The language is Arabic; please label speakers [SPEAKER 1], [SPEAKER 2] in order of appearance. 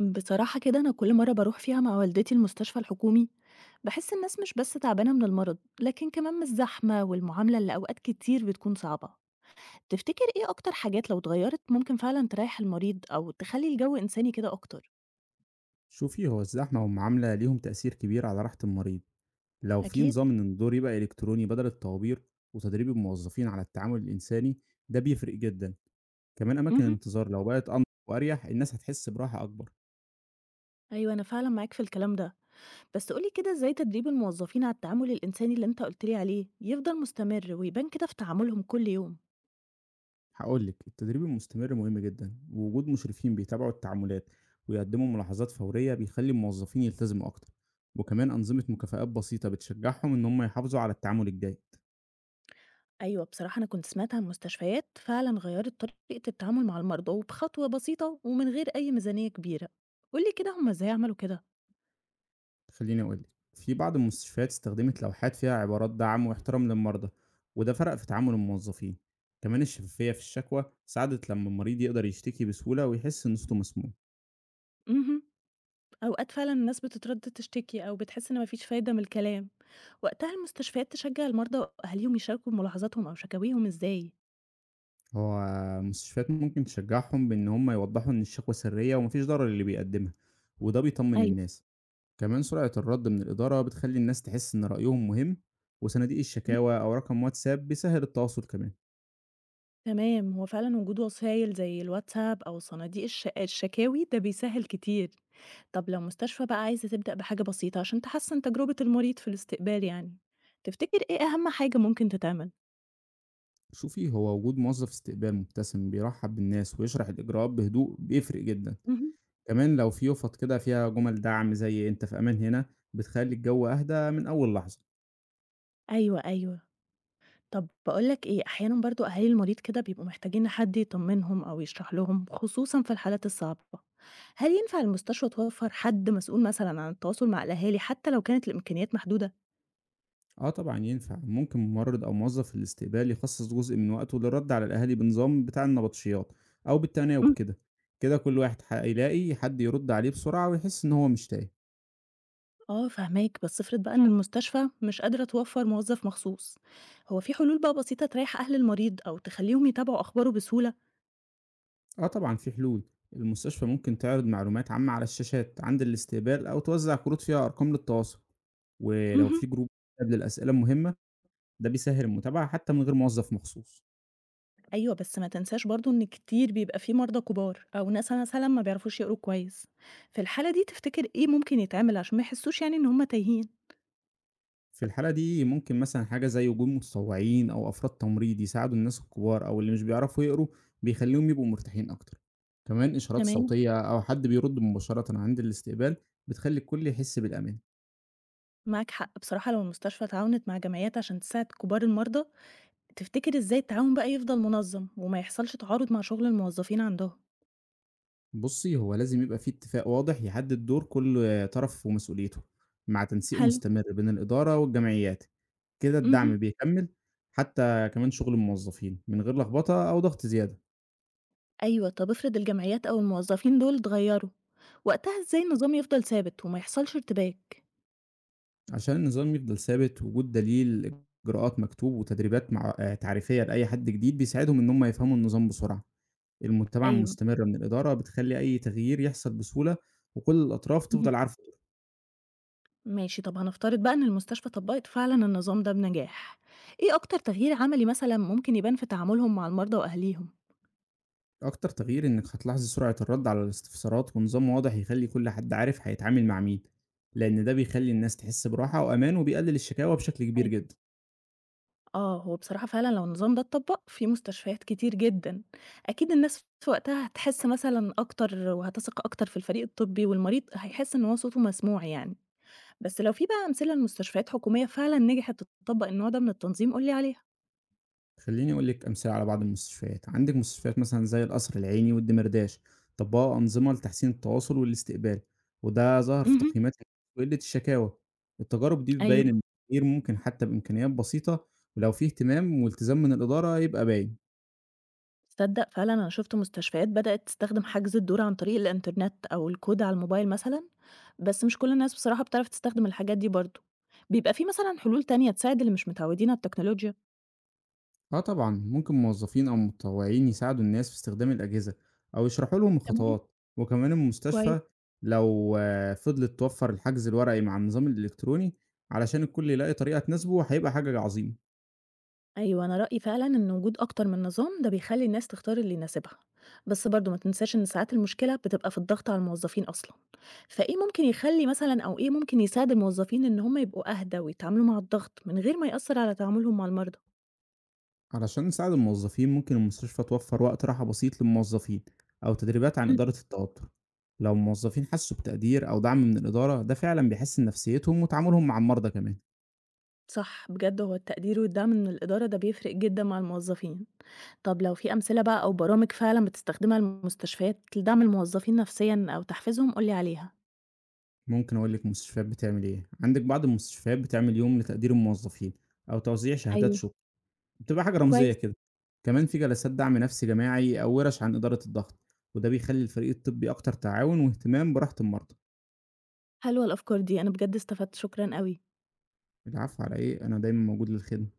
[SPEAKER 1] بصراحة كده أنا كل مرة بروح فيها مع والدتي المستشفى الحكومي، بحس الناس مش بس تعبانة من المرض، لكن كمان من الزحمة والمعاملة اللي أوقات كتير بتكون صعبة. تفتكر إيه أكتر حاجات لو اتغيرت ممكن فعلا تريح المريض أو تخلي الجو إنساني كده أكتر؟
[SPEAKER 2] شوفي، هو الزحمة والمعاملة ليهم تأثير كبير على راحة المريض. لو في
[SPEAKER 1] أكيد.
[SPEAKER 2] نظام إن الدور يبقى إلكتروني بدل الطوابير وتدريب الموظفين على التعامل الإنساني، ده بيفرق جدا. كمان أماكن
[SPEAKER 1] مهم.
[SPEAKER 2] الانتظار لو بقت أنظف وأريح، الناس هتحس براحة أكبر.
[SPEAKER 1] أيوة، أنا فعلا معاك في الكلام ده، بس قولي كده إزاي تدريب الموظفين على التعامل الإنساني اللي أنت قلتلي عليه يفضل مستمر ويبان كده في تعاملهم كل يوم؟
[SPEAKER 2] هقولك، التدريب المستمر مهم جدا، ووجود مشرفين بيتابعوا التعاملات ويقدموا ملاحظات فورية بيخلي الموظفين يلتزموا أكتر، وكمان أنظمة مكافآت بسيطة بتشجعهم إن هم يحافظوا على التعامل الجيد.
[SPEAKER 1] أيوة، بصراحة أنا كنت سمعت عن مستشفيات فعلا غيرت طريقة التعامل مع المرضى وبخطوة بسيطة ومن غير أي ميزانية كبيرة. قولي كده هما ازاي عملوا كده؟
[SPEAKER 2] خليني أقول لِك، في بعض المستشفيات استخدمت لوحات فيها عبارات دعم واحترام للمرضى، وده فرق في تعامل الموظفين. كمان الشفافية في الشكوى ساعدت لما المريض يقدر يشتكي بسهولة ويحس إن صوته مسموع.
[SPEAKER 1] امم أوقات فعلا الناس بتتردد تشتكي أو بتحس إن مفيش فايدة من الكلام. وقتها المستشفيات تشجع المرضى وأهاليهم يشاركوا بملاحظاتهم أو شكاويهم ازاي؟
[SPEAKER 2] هو المستشفيات ممكن تشجعهم بإن هم يوضحوا إن الشكوى سرية ومفيش ضرر للي بيقدمها، وده بيطمن
[SPEAKER 1] أيوة.
[SPEAKER 2] الناس. كمان سرعة الرد من الإدارة بتخلي الناس تحس إن رأيهم مهم، وصناديق الشكاوى أو رقم واتساب بيسهل التواصل كمان.
[SPEAKER 1] تمام، هو فعلا وجود وسائل زي الواتساب أو صناديق الشكاوي ده بيسهل كتير. طب لو مستشفى بقى عايزة تبدأ بحاجة بسيطة عشان تحسن تجربة المريض في الاستقبال، يعني تفتكر ايه أهم حاجة ممكن تتعمل؟
[SPEAKER 2] شوفي، هو وجود موظف استقبال مبتسم بيرحب بالناس ويشرح الإجراءات بهدوء بيفرق جدا.
[SPEAKER 1] مهم.
[SPEAKER 2] كمان لو في يافط كده فيها جمل دعم زي أنت في أمان هنا، بتخلي الجو أهدى من أول لحظة.
[SPEAKER 1] أيوة أيوة. طب بقولك ايه، أحيانا برضو أهالي المريض كده بيبقوا محتاجين حد يطمنهم أو يشرح لهم، خصوصا في الحالات الصعبة. هل ينفع المستشفى توفر حد مسؤول مثلا عن التواصل مع الأهالي، حتى لو كانت الإمكانيات محدودة؟
[SPEAKER 2] اه طبعا ينفع، ممكن ممرض أو موظف الاستقبال يخصص جزء من وقته للرد على الأهالي بنظام بتاع النبطشيات أو بالتناوب
[SPEAKER 1] مم.
[SPEAKER 2] كده. كده كل واحد هيلاقي حد يرد عليه بسرعة ويحس إن هو مش تايه.
[SPEAKER 1] اه فهماك، بس افرض بقى ان المستشفى مش قادرة توفر موظف مخصوص، هو في حلول بقى بسيطة تريح أهل المريض أو تخليهم يتابعوا أخباره بسهولة؟
[SPEAKER 2] آه طبعًا في حلول، المستشفى ممكن تعرض معلومات عامة على الشاشات عند الاستقبال أو توزع كروت فيها أرقام للتواصل، ولو
[SPEAKER 1] مهم.
[SPEAKER 2] في جروب للأسئلة المهمة، ده بيسهل المتابعة حتى من غير موظف مخصوص.
[SPEAKER 1] أيوه، بس ما تنساش برضه إن كتير بيبقى في مرضى كبار أو ناس مثلًا ما بيعرفوش يقروا كويس، في الحالة دي تفتكر إيه ممكن يتعمل عشان ما يحسوش يعني إن هم تايهين؟
[SPEAKER 2] في الحالة دي ممكن مثلًا حاجة زي وجود متطوعين أو أفراد تمريض يساعدوا الناس الكبار أو اللي مش بيعرفوا يقروا، بيخليهم يبقوا مرتاحين أكتر. كمان إشارات
[SPEAKER 1] تمام.
[SPEAKER 2] صوتية أو حد بيرد مباشرة عند الاستقبال بتخلي الكل يحس بالأمان.
[SPEAKER 1] معاك حق، بصراحة لو المستشفى تعاونت مع جمعيات عشان تساعد كبار المرضى، تفتكر إزاي التعاون بقى يفضل منظم وما يحصلش تعارض مع شغل الموظفين عندهم؟
[SPEAKER 2] بُصّي، هو لازم يبقى في اتفاق واضح يحدد دور كل طرف ومسؤوليته، مع تنسيق
[SPEAKER 1] حلو.
[SPEAKER 2] مستمر بين الإدارة والجمعيات، كده
[SPEAKER 1] اهم.
[SPEAKER 2] الدعم بيكمّل حتى كمان شغل الموظفين من غير لخبطة أو ضغط زيادة.
[SPEAKER 1] أيوه، طب افرض الجمعيات أو الموظفين دول اتغيروا، وقتها إزاي النظام يفضل ثابت وما يحصلش ارتباك؟
[SPEAKER 2] عشان النظام يفضل ثابت، وجود دليل، إجراءات مكتوب وتدريبات مع تعريفية لأي حد جديد بيساعدهم إن هم يفهموا النظام بسرعة، المتابعة
[SPEAKER 1] أيوه.
[SPEAKER 2] المستمرة من الإدارة بتخلّي أي تغيير يحصل بسهولة وكل الأطراف
[SPEAKER 1] اهم.
[SPEAKER 2] تفضل عارفة.
[SPEAKER 1] ماشي، طب هنفترض بقى إن المستشفى طبقت فعلا النظام ده بنجاح، إيه أكتر تغيير عملي مثلا ممكن يبان في تعاملهم مع المرضى وأهليهم؟
[SPEAKER 2] أكتر تغيير إنك هتلاحظي سرعة الرد على الاستفسارات ونظام واضح يخلي كل حد عارف هيتعامل مع مين، لأن ده بيخلي الناس تحس براحة وأمان وبيقلل الشكاوى بشكل كبير
[SPEAKER 1] أيوة.
[SPEAKER 2] جدا.
[SPEAKER 1] آه، هو بصراحة فعلا لو النظام ده اتطبق في مستشفيات كتير جدا، أكيد الناس في وقتها هتحس مثلا أكتر وهتثق أكتر في الفريق الطبي، والمريض هيحس إن هو صوته مسموع، يعني بس لو في بقى أمثلة لمستشفيات حكومية فعلا نجحت تطبق النوع ده من التنظيم قولي عليها.
[SPEAKER 2] خليني أقول لك أمثلة على بعض المستشفيات، عندك مستشفيات مثلا زي القصر العيني والدمرداش طبقوا أنظمة لتحسين التواصل والاستقبال، وده ظهر في
[SPEAKER 1] مهم.
[SPEAKER 2] تقييمات وقلة الشكاوى. التجارب دي بتبين
[SPEAKER 1] أيوة.
[SPEAKER 2] إن التغيير ممكن حتى بإمكانيات بسيطة، ولو فيه اهتمام والتزام من الإدارة يبقى باين.
[SPEAKER 1] تصدق فعلًا أنا شُفت مستشفيات بدأت تستخدم حجز الدور عن طريق الإنترنت أو الكود على الموبايل مثلًا، بس مش كل الناس بصراحة بتعرف تستخدم الحاجات دي برضه. بيبقى في مثلًا حلول تانية تساعد اللي مش متعودين على التكنولوجيا؟
[SPEAKER 2] اه طبعا ممكن موظفين او متطوعين يساعدوا الناس في استخدام الاجهزه او يشرحوا لهم
[SPEAKER 1] تمام.
[SPEAKER 2] الخطوات. وكمان
[SPEAKER 1] كويس.
[SPEAKER 2] المستشفى لو فضلت توفر الحجز الورقي مع النظام الالكتروني علشان الكل يلاقي طريقه تناسبه، هيبقى حاجه عظيمه.
[SPEAKER 1] أيوه، أنا رأيي فعلًا إن وجود أكتر من نظام ده بيخلّي الناس تختار اللي يناسبها، بس برضه ما تنساش إن ساعات المشكلة بتبقى في الضغط على الموظفين أصلًا. فإيه ممكن يخلّي مثلًا، أو إيه ممكن يساعد الموظفين إن هم يبقوا أهدى ويتعاملوا مع الضغط من غير ما يأثّر على تعاملهم مع المرضى؟
[SPEAKER 2] علشان نساعد الموظفين، ممكن المستشفى توفر وقت راحه بسيط للموظفين او تدريبات عن اداره التوتر. لو الموظفين حسوا بتقدير او دعم من الاداره، ده فعلا بيحسن نفسيتهم وتعاملهم مع المرضى كمان.
[SPEAKER 1] صح، بجد هو التقدير والدعم من الإدارة ده بيفرق جدًا مع الموظفين. طب لو في أمثلة بقى أو برامج فعلًا بتستخدمها المستشفيات لدعم الموظفين نفسيًا أو تحفيزهم قُل لي عليها.
[SPEAKER 2] ممكن أقول لك مستشفيات بتعمل إيه، عندك بعض المستشفيات بتعمل يوم لتقدير الموظفين أو توزيع شهادات
[SPEAKER 1] أيوه.
[SPEAKER 2] شكر، بتبقى حاجة رمزية
[SPEAKER 1] كويس.
[SPEAKER 2] كده. كمان في جلسات دعم نفسي جماعي أو ورش عن إدارة الضغط، وده بيخلي الفريق الطبي أكتر تعاون واهتمام براحة المرضى.
[SPEAKER 1] حلوة الأفكار دي، أنا بجد استفدت، شكرًا أوي.
[SPEAKER 2] العفو على إيه، أنا دايما موجود للخدمة.